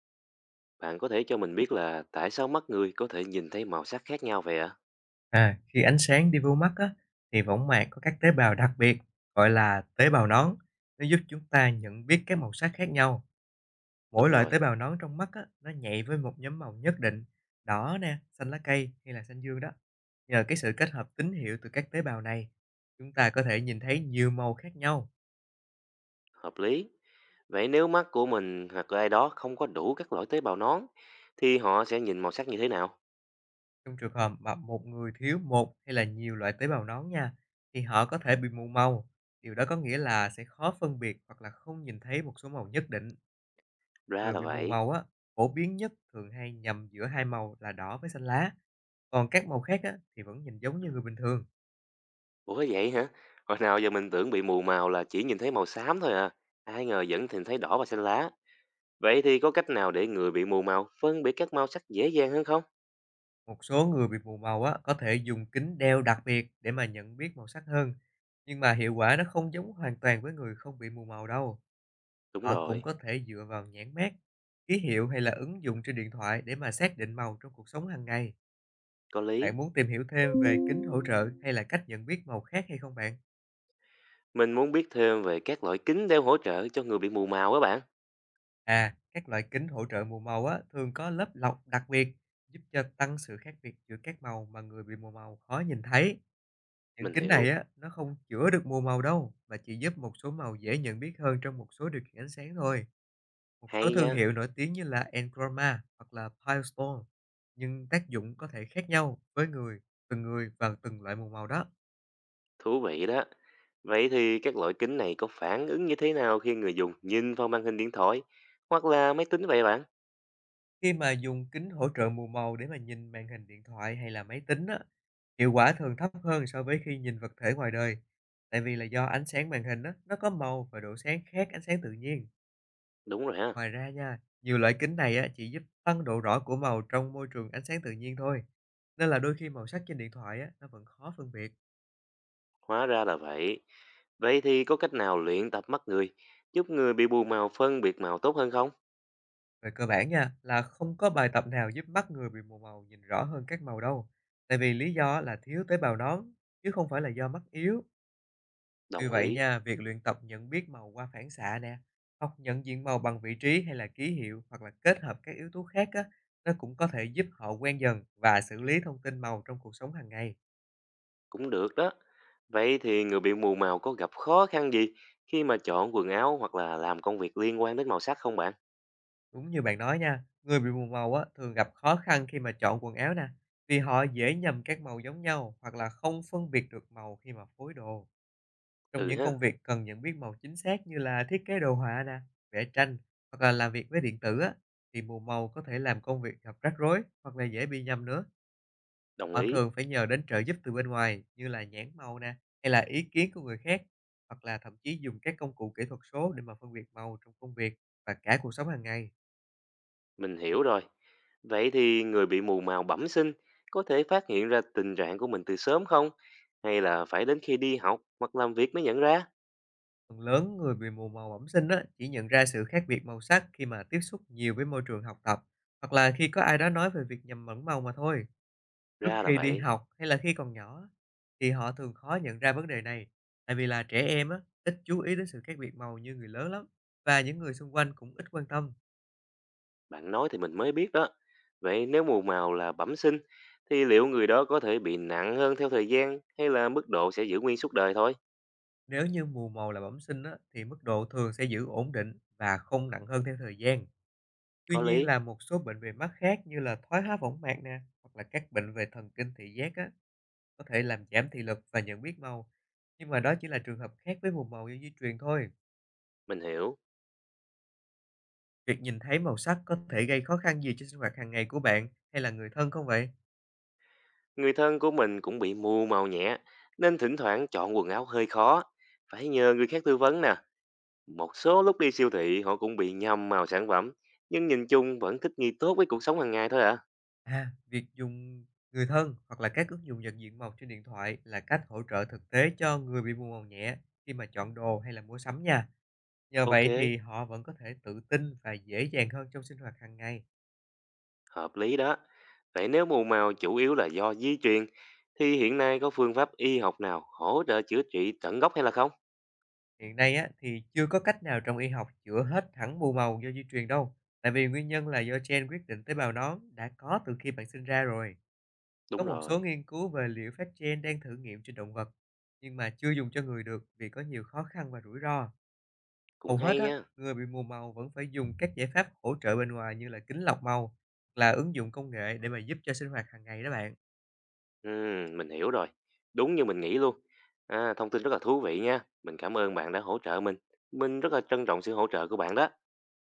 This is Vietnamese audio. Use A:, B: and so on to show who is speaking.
A: Bạn có thể cho mình biết là tại sao mắt người có thể nhìn thấy màu sắc khác nhau vậy ạ?
B: À, khi ánh sáng đi vô mắt á, thì võng mạc có các tế bào đặc biệt gọi là tế bào nón. Nó giúp chúng ta nhận biết các màu sắc khác nhau. Mỗi
A: Đúng
B: loại tế
A: rồi,
B: bào nón trong mắt á, nó nhạy với một nhóm màu nhất định, đỏ nè, xanh lá cây hay là xanh dương đó. Nhờ cái sự kết hợp tín hiệu từ các tế bào này, chúng ta có thể nhìn thấy nhiều màu khác nhau.
A: hợp lý. Vậy nếu mắt của mình hoặc ai đó không có đủ các loại tế bào nón, thì họ sẽ nhìn màu sắc như thế nào?
B: Trong trường hợp mà một người thiếu một hay là nhiều loại tế bào nón nha, thì họ có thể bị mù màu. Điều đó có nghĩa là sẽ khó phân biệt hoặc là không nhìn thấy một số màu nhất định.
A: Ra
B: Người
A: là
B: bị mù
A: vậy.
B: màu á, phổ biến nhất thường hay nhầm giữa hai màu là đỏ với xanh lá. Còn các màu khác á, thì vẫn nhìn giống như người bình thường.
A: Ủa vậy hả? Hồi nào giờ mình tưởng bị mù màu là chỉ nhìn thấy màu xám thôi à. Ai ngờ vẫn nhìn thấy đỏ và xanh lá. Vậy thì có cách nào để người bị mù màu phân biệt các màu sắc dễ dàng hơn không?
B: Một số người bị mù màu á, có thể dùng kính đeo đặc biệt để mà nhận biết màu sắc hơn. Nhưng mà hiệu quả nó không giống hoàn toàn với người không bị mù màu đâu.
A: Đúng
B: Họ cũng
A: rồi,
B: có thể dựa vào nhãn mác, ký hiệu hay là ứng dụng trên điện thoại để mà xác định màu trong cuộc sống hàng ngày.
A: có lý.
B: Bạn muốn tìm hiểu thêm về kính hỗ trợ hay là cách nhận biết màu khác hay không bạn?
A: Mình muốn biết thêm về các loại kính đeo hỗ trợ cho người bị mù màu á bạn.
B: À, các loại kính hỗ trợ mù màu á, thường có lớp lọc đặc biệt giúp cho tăng sự khác biệt giữa các màu mà người bị mù màu khó nhìn thấy. Những
A: Mình
B: kính này
A: hiểu.
B: á, nó không chữa được mù màu đâu mà chỉ giúp một số màu dễ nhận biết hơn trong một số điều kiện ánh sáng thôi. Một
A: Hay
B: số thương
A: nha.
B: hiệu nổi tiếng như là Enchroma hoặc là Pilestone, nhưng tác dụng có thể khác nhau với người, từng người và từng loại mù màu đó.
A: Thú vị đó. Vậy thì các loại kính này có phản ứng như thế nào khi người dùng nhìn vào màn hình điện thoại hoặc là máy tính vậy bạn?
B: Khi mà dùng kính hỗ trợ mù màu để mà nhìn màn hình điện thoại hay là máy tính á, hiệu quả thường thấp hơn so với khi nhìn vật thể ngoài đời. Tại vì là do ánh sáng màn hình á, nó có màu và độ sáng khác ánh sáng tự nhiên.
A: Đúng rồi ha,
B: Ngoài ra nha, nhiều loại kính này á, chỉ giúp tăng độ rõ của màu trong môi trường ánh sáng tự nhiên thôi. Nên là đôi khi màu sắc trên điện thoại á, nó vẫn khó phân biệt.
A: hóa ra là vậy. Vậy thì có cách nào luyện tập mắt người giúp người bị mù màu phân biệt màu tốt hơn không?
B: Về cơ bản nha, là không có bài tập nào giúp mắt người bị mù màu nhìn rõ hơn các màu đâu. Tại vì lý do là thiếu tế bào nón, chứ không phải là do mắt yếu. Tuy
A: Đồng
B: vậy
A: ý,
B: nha, việc luyện tập nhận biết màu qua phản xạ nè, học nhận diện màu bằng vị trí hay là ký hiệu hoặc là kết hợp các yếu tố khác á, nó cũng có thể giúp họ quen dần và xử lý thông tin màu trong cuộc sống hàng ngày.
A: cũng được đó. Vậy thì người bị mù màu có gặp khó khăn gì khi mà chọn quần áo hoặc là làm công việc liên quan đến màu sắc không bạn?
B: Đúng như bạn nói nha, người bị mù màu á, thường gặp khó khăn khi mà chọn quần áo nè, vì họ dễ nhầm các màu giống nhau hoặc là không phân biệt được màu khi mà phối đồ. Trong
A: Ừ
B: những
A: ha,
B: công việc cần nhận biết màu chính xác như là thiết kế đồ họa nè, vẽ tranh hoặc là làm việc với điện tử á, thì mù màu có thể làm công việc gặp rắc rối hoặc là dễ bị nhầm nữa.
A: đồng
B: Họ
A: ý.
B: thường phải nhờ đến trợ giúp từ bên ngoài như là nhãn màu nè, hay là ý kiến của người khác, hoặc là thậm chí dùng các công cụ kỹ thuật số để mà phân biệt màu trong công việc và cả cuộc sống hàng ngày.
A: Mình hiểu rồi. Vậy thì người bị mù màu bẩm sinh có thể phát hiện ra tình trạng của mình từ sớm không? Hay là phải đến khi đi học hoặc làm việc mới nhận ra?
B: Phần lớn người bị mù màu bẩm sinh á, chỉ nhận ra sự khác biệt màu sắc khi mà tiếp xúc nhiều với môi trường học tập, hoặc là khi có ai đó nói về việc nhầm lẫn màu mà thôi. Trước
A: Ra là
B: khi đi
A: vậy.
B: học hay là khi còn nhỏ thì họ thường khó nhận ra vấn đề này, tại vì là trẻ em á, ít chú ý đến sự khác biệt màu như người lớn lắm và những người xung quanh cũng ít quan tâm.
A: Bạn nói thì mình mới biết đó. Vậy nếu mù màu là bẩm sinh, thì liệu người đó có thể bị nặng hơn theo thời gian hay là mức độ sẽ giữ nguyên suốt đời thôi?
B: Nếu như mù màu là bẩm sinh á, thì mức độ thường sẽ giữ ổn định và không nặng hơn theo thời gian. Tuy
A: Có
B: nhiên
A: lý,
B: là một số bệnh về mắt khác như là thoái hóa võng mạc nè hoặc là các bệnh về thần kinh thị giác á, có thể làm giảm thị lực và nhận biết màu. Nhưng mà đó chỉ là trường hợp khác với mù màu do di truyền thôi.
A: mình hiểu.
B: Việc nhìn thấy màu sắc có thể gây khó khăn gì cho sinh hoạt hàng ngày của bạn hay là người thân không vậy?
A: Người thân của mình cũng bị mù màu nhẹ, nên thỉnh thoảng chọn quần áo hơi khó. Phải nhờ người khác tư vấn nè. Một số lúc đi siêu thị họ cũng bị nhầm màu sản phẩm, nhưng nhìn chung vẫn thích nghi tốt với cuộc sống hàng ngày thôi ạ. À.
B: À, việc dùng người thân hoặc là các ứng dụng nhận diện màu trên điện thoại là cách hỗ trợ thực tế cho người bị mù màu nhẹ khi mà chọn đồ hay là mua sắm nha. Nhờ
A: Ok,
B: vậy thì họ vẫn có thể tự tin và dễ dàng hơn trong sinh hoạt hàng ngày.
A: hợp lý đó. Vậy nếu mù màu chủ yếu là do di truyền, thì hiện nay có phương pháp y học nào hỗ trợ chữa trị tận gốc hay là không?
B: Hiện nay á, thì chưa có cách nào trong y học chữa hết hẳn mù màu do di truyền đâu. Tại vì nguyên nhân là do gen quyết định tế bào nón đã có từ khi bạn sinh ra rồi. Có
A: Đúng
B: một số
A: rồi,
B: nghiên cứu về liệu pháp gen đang thử nghiệm trên động vật, nhưng mà chưa dùng cho người được vì có nhiều khó khăn và rủi ro.
A: cũng
B: Hầu hết
A: hay
B: á,
A: nha.
B: người bị mù màu vẫn phải dùng các giải pháp hỗ trợ bên ngoài như là kính lọc màu, là ứng dụng công nghệ để mà giúp cho sinh hoạt hàng ngày đó bạn.
A: Ừ, mình hiểu rồi. Đúng như mình nghĩ luôn. À, thông tin rất là thú vị nha. Mình cảm ơn bạn đã hỗ trợ mình. Mình rất là trân trọng sự hỗ trợ của bạn đó.